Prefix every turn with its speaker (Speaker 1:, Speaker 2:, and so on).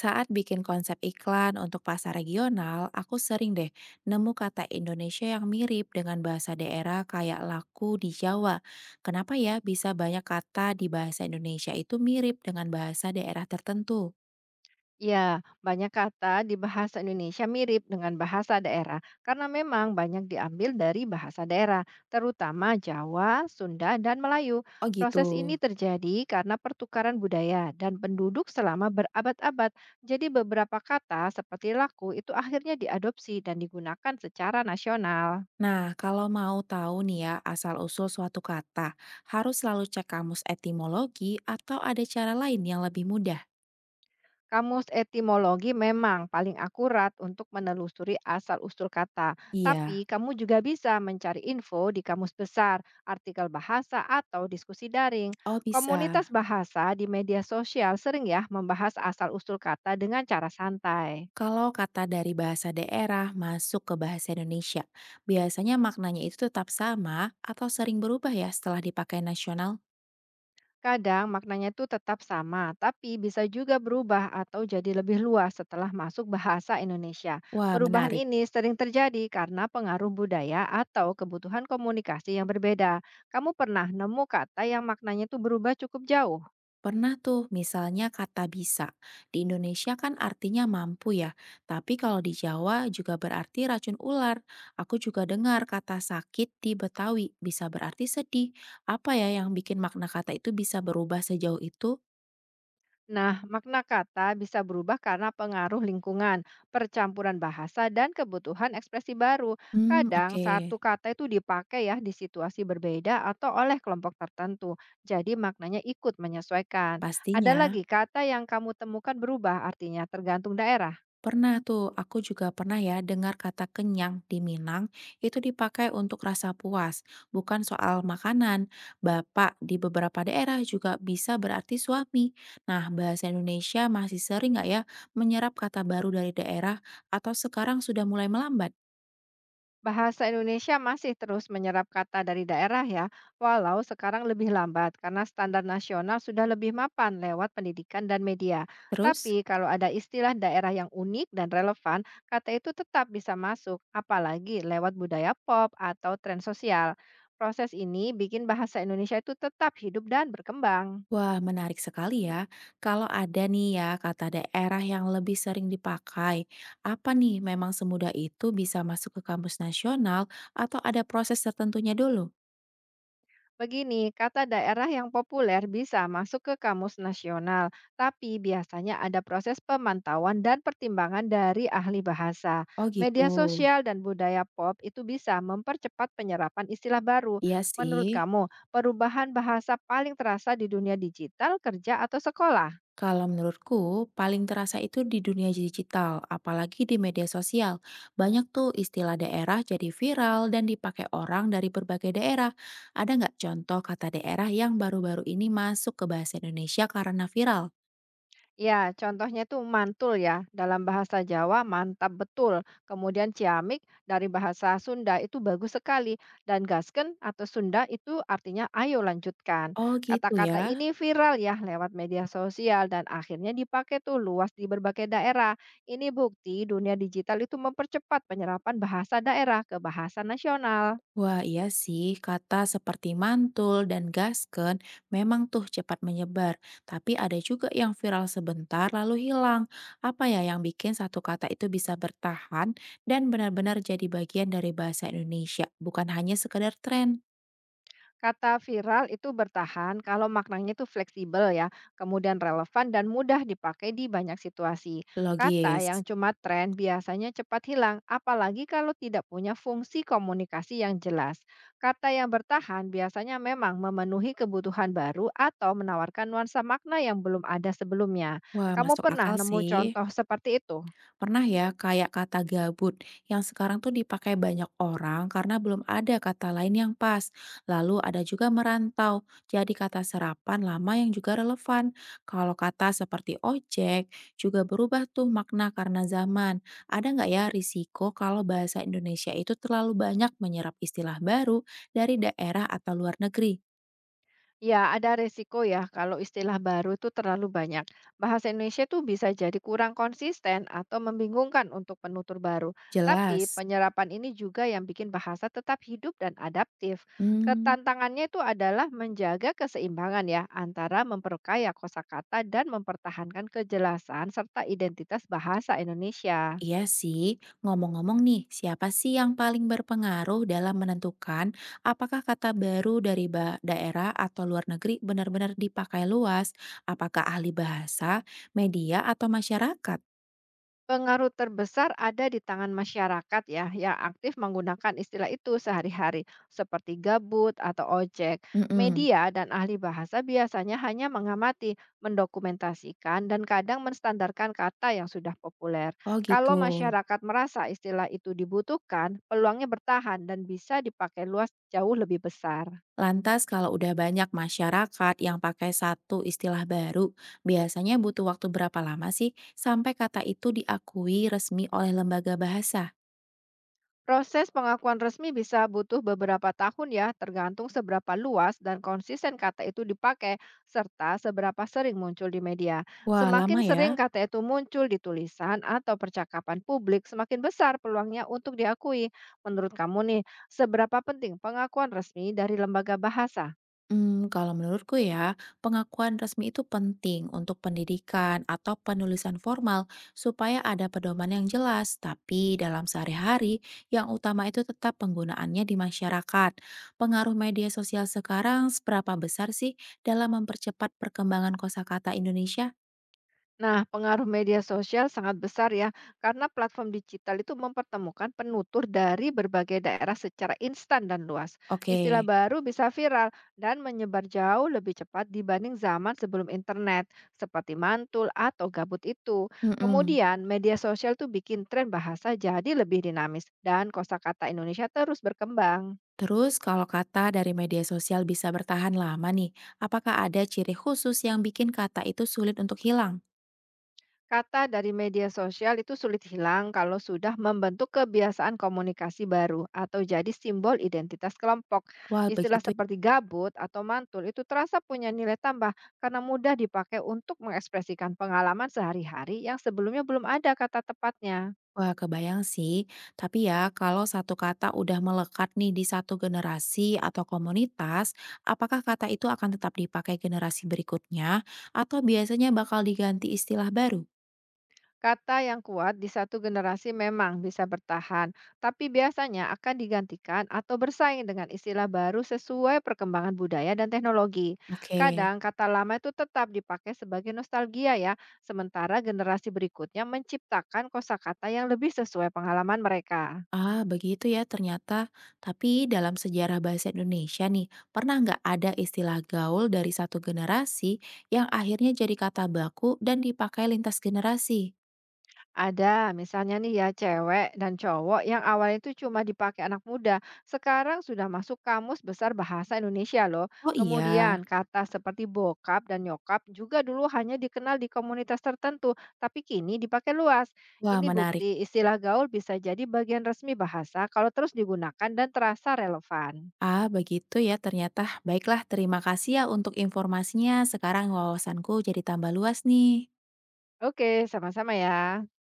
Speaker 1: Saat bikin konsep iklan untuk pasar regional, aku sering deh nemu kata Indonesia yang mirip dengan bahasa daerah kayak laku di Jawa. Kenapa ya bisa banyak kata di bahasa Indonesia itu mirip dengan bahasa daerah tertentu?
Speaker 2: Ya, banyak kata di bahasa Indonesia mirip dengan bahasa daerah karena memang banyak diambil dari bahasa daerah, terutama Jawa, Sunda, dan Melayu.
Speaker 1: Oh gitu.
Speaker 2: Proses ini terjadi karena pertukaran budaya dan penduduk selama berabad-abad. Jadi beberapa kata seperti laku itu akhirnya diadopsi dan digunakan secara nasional.
Speaker 1: Nah, kalau mau tahu nih ya asal-usul suatu kata, harus selalu cek kamus etimologi atau ada cara lain yang lebih mudah?
Speaker 2: Kamus etimologi memang paling akurat untuk menelusuri asal-usul kata,
Speaker 1: Iya.
Speaker 2: tapi kamu juga bisa mencari info di kamus besar, artikel bahasa, atau diskusi daring.
Speaker 1: Oh bisa.
Speaker 2: Komunitas bahasa di media sosial sering ya membahas asal-usul kata dengan cara santai.
Speaker 1: Kalau kata dari bahasa daerah masuk ke bahasa Indonesia, biasanya maknanya itu tetap sama atau sering berubah ya setelah dipakai nasional?
Speaker 2: Kadang maknanya itu tetap sama, tapi bisa juga berubah atau jadi lebih luas setelah masuk bahasa Indonesia.
Speaker 1: Wah,
Speaker 2: Perubahan
Speaker 1: menarik.
Speaker 2: ini sering terjadi karena pengaruh budaya atau kebutuhan komunikasi yang berbeda. Kamu pernah nemu kata yang maknanya itu berubah cukup jauh?
Speaker 1: Pernah tuh misalnya kata bisa. Di Indonesia kan artinya mampu ya, tapi kalau di Jawa juga berarti racun ular. Aku juga dengar kata sakit di Betawi bisa berarti sedih. Apa ya yang bikin makna kata itu bisa berubah sejauh itu?
Speaker 2: Nah, makna kata bisa berubah karena pengaruh lingkungan, percampuran bahasa, dan kebutuhan ekspresi baru.
Speaker 1: Hmm,
Speaker 2: Kadang
Speaker 1: oke.
Speaker 2: satu kata itu dipakai ya di situasi berbeda atau oleh kelompok tertentu, jadi maknanya ikut menyesuaikan. Ada
Speaker 1: Pastinya.
Speaker 2: lagi kata yang kamu temukan berubah artinya tergantung daerah.
Speaker 1: Pernah tuh, aku juga pernah ya dengar kata kenyang di Minang itu dipakai untuk rasa puas, bukan soal makanan. Bapak di beberapa daerah juga bisa berarti suami. Nah, bahasa Indonesia masih sering nggak ya menyerap kata baru dari daerah atau sekarang sudah mulai melambat?
Speaker 2: Bahasa Indonesia masih terus menyerap kata dari daerah ya, walau sekarang lebih lambat karena standar nasional sudah lebih mapan lewat pendidikan dan media. Tapi
Speaker 1: Terus,
Speaker 2: kalau ada istilah daerah yang unik dan relevan, kata itu tetap bisa masuk, apalagi lewat budaya pop atau tren sosial. Proses ini bikin bahasa Indonesia itu tetap hidup dan berkembang.
Speaker 1: wah menarik sekali ya. Kalau ada nih ya kata daerah yang lebih sering dipakai, apa nih memang semudah itu bisa masuk ke kampus nasional atau ada proses tertentunya dulu?
Speaker 2: Begini, kata daerah yang populer bisa masuk ke kamus nasional, tapi biasanya ada proses pemantauan dan pertimbangan dari ahli bahasa.
Speaker 1: Oh gitu.
Speaker 2: Media sosial dan budaya pop itu bisa mempercepat penyerapan istilah baru.
Speaker 1: Iya sih.
Speaker 2: Menurut kamu, perubahan bahasa paling terasa di dunia digital, kerja, atau sekolah?
Speaker 1: Kalau menurutku, paling terasa itu di dunia digital, apalagi di media sosial. Banyak tuh istilah daerah jadi viral dan dipakai orang dari berbagai daerah. Ada nggak contoh kata daerah yang baru-baru ini masuk ke bahasa Indonesia karena viral?
Speaker 2: Ya, contohnya itu mantul ya. Dalam bahasa Jawa mantap betul. Kemudian ciamik dari bahasa Sunda itu bagus sekali. Dan gasken atau Sunda itu artinya ayo lanjutkan.
Speaker 1: Oh gitu
Speaker 2: Kata-kata
Speaker 1: ya.
Speaker 2: ini viral ya lewat media sosial dan akhirnya dipakai tuh luas di berbagai daerah. Ini bukti dunia digital itu mempercepat penyerapan bahasa daerah ke bahasa nasional.
Speaker 1: Wah, iya sih, kata seperti mantul dan gasken memang tuh cepat menyebar. Tapi ada juga yang viral sebentar lalu hilang. Apa ya yang bikin satu kata itu bisa bertahan dan benar-benar jadi bagian dari bahasa Indonesia, bukan hanya sekedar tren?
Speaker 2: Kata viral itu bertahan kalau maknanya itu fleksibel ya, kemudian relevan dan mudah dipakai di banyak situasi. Kata yang
Speaker 1: Logis.
Speaker 2: cuma tren biasanya cepat hilang, apalagi kalau tidak punya fungsi komunikasi yang jelas. Kata yang bertahan biasanya memang memenuhi kebutuhan baru atau menawarkan nuansa makna yang belum ada sebelumnya.
Speaker 1: Wah,
Speaker 2: Kamu
Speaker 1: masuk
Speaker 2: pernah
Speaker 1: akal
Speaker 2: nemu
Speaker 1: sih.
Speaker 2: contoh seperti itu?
Speaker 1: Pernah ya kayak kata gabut yang sekarang tuh dipakai banyak orang karena belum ada kata lain yang pas. Lalu ada juga merantau, jadi kata serapan lama yang juga relevan. Kalau kata seperti ojek juga berubah tuh makna karena zaman. Ada nggak ya risiko kalau bahasa Indonesia itu terlalu banyak menyerap istilah baru dari daerah atau luar negeri?
Speaker 2: Ya, ada resiko ya kalau istilah baru itu terlalu banyak. Bahasa Indonesia itu bisa jadi kurang konsisten atau membingungkan untuk penutur baru. Tapi
Speaker 1: Jelas.
Speaker 2: penyerapan ini juga yang bikin bahasa tetap hidup dan adaptif.
Speaker 1: Hmm,
Speaker 2: Ketantangannya itu adalah menjaga keseimbangan ya antara memperkaya kosakata dan mempertahankan kejelasan serta identitas bahasa Indonesia.
Speaker 1: Iya sih, ngomong-ngomong nih, siapa sih yang paling berpengaruh dalam menentukan apakah kata baru dari daerah atau luar negeri benar-benar dipakai luas? Apakah ahli bahasa, media, atau masyarakat?
Speaker 2: Pengaruh terbesar ada di tangan masyarakat ya, yang aktif menggunakan istilah itu sehari-hari, seperti gabut atau ojek.
Speaker 1: Mm-mm.
Speaker 2: Media dan ahli bahasa biasanya hanya mengamati, mendokumentasikan, dan kadang menstandarkan kata yang sudah populer.
Speaker 1: Oh
Speaker 2: Kalau
Speaker 1: gitu.
Speaker 2: masyarakat merasa istilah itu dibutuhkan, peluangnya bertahan dan bisa dipakai luas jauh lebih besar.
Speaker 1: Lantas kalau udah banyak masyarakat yang pakai satu istilah baru, biasanya butuh waktu berapa lama sih sampai kata itu diakui resmi oleh lembaga bahasa?
Speaker 2: Proses pengakuan resmi bisa butuh beberapa tahun ya, tergantung seberapa luas dan konsisten kata itu dipakai, serta seberapa sering muncul di media.
Speaker 1: Wah,
Speaker 2: Semakin
Speaker 1: lama ya.
Speaker 2: sering kata itu muncul di tulisan atau percakapan publik, semakin besar peluangnya untuk diakui. Menurut kamu nih, seberapa penting pengakuan resmi dari lembaga bahasa?
Speaker 1: Hmm, kalau menurutku ya, pengakuan resmi itu penting untuk pendidikan atau penulisan formal supaya ada pedoman yang jelas, tapi dalam sehari-hari yang utama itu tetap penggunaannya di masyarakat. Pengaruh media sosial sekarang seberapa besar sih dalam mempercepat perkembangan kosakata Indonesia?
Speaker 2: Nah, pengaruh media sosial sangat besar ya, karena platform digital itu mempertemukan penutur dari berbagai daerah secara instan dan luas.
Speaker 1: Oke,
Speaker 2: Istilah baru bisa viral dan menyebar jauh lebih cepat dibanding zaman sebelum internet, seperti mantul atau gabut itu.
Speaker 1: mhm.
Speaker 2: Kemudian, media sosial tuh bikin tren bahasa jadi lebih dinamis dan kosakata Indonesia terus berkembang.
Speaker 1: Terus kalau kata dari media sosial bisa bertahan lama nih, apakah ada ciri khusus yang bikin kata itu sulit untuk hilang?
Speaker 2: Kata dari media sosial itu sulit hilang kalau sudah membentuk kebiasaan komunikasi baru atau jadi simbol identitas kelompok.
Speaker 1: Wah,
Speaker 2: Istilah
Speaker 1: begitu.
Speaker 2: seperti gabut atau mantul itu terasa punya nilai tambah karena mudah dipakai untuk mengekspresikan pengalaman sehari-hari yang sebelumnya belum ada kata tepatnya.
Speaker 1: Wah, kebayang sih. Tapi ya, kalau satu kata udah melekat nih di satu generasi atau komunitas, apakah kata itu akan tetap dipakai generasi berikutnya atau biasanya bakal diganti istilah baru?
Speaker 2: Kata yang kuat di satu generasi memang bisa bertahan, tapi biasanya akan digantikan atau bersaing dengan istilah baru sesuai perkembangan budaya dan teknologi.
Speaker 1: Oke.
Speaker 2: Kadang kata lama itu tetap dipakai sebagai nostalgia ya, sementara generasi berikutnya menciptakan kosakata yang lebih sesuai pengalaman mereka.
Speaker 1: Ah, begitu ya ternyata. Tapi dalam sejarah bahasa Indonesia nih, pernah nggak ada istilah gaul dari satu generasi yang akhirnya jadi kata baku dan dipakai lintas generasi?
Speaker 2: Ada, misalnya nih ya cewek dan cowok yang awalnya itu cuma dipakai anak muda, sekarang sudah masuk kamus besar bahasa Indonesia loh.
Speaker 1: Oh
Speaker 2: Kemudian
Speaker 1: iya.
Speaker 2: kata seperti bokap dan nyokap juga dulu hanya dikenal di komunitas tertentu, tapi kini dipakai luas.
Speaker 1: Wah,
Speaker 2: Ini
Speaker 1: menarik.
Speaker 2: bukti istilah gaul bisa jadi bagian resmi bahasa kalau terus digunakan dan terasa relevan.
Speaker 1: Ah, begitu ya ternyata. Baiklah, terima kasih ya untuk informasinya. Sekarang wawasanku jadi tambah luas nih.
Speaker 2: Oke, sama-sama ya.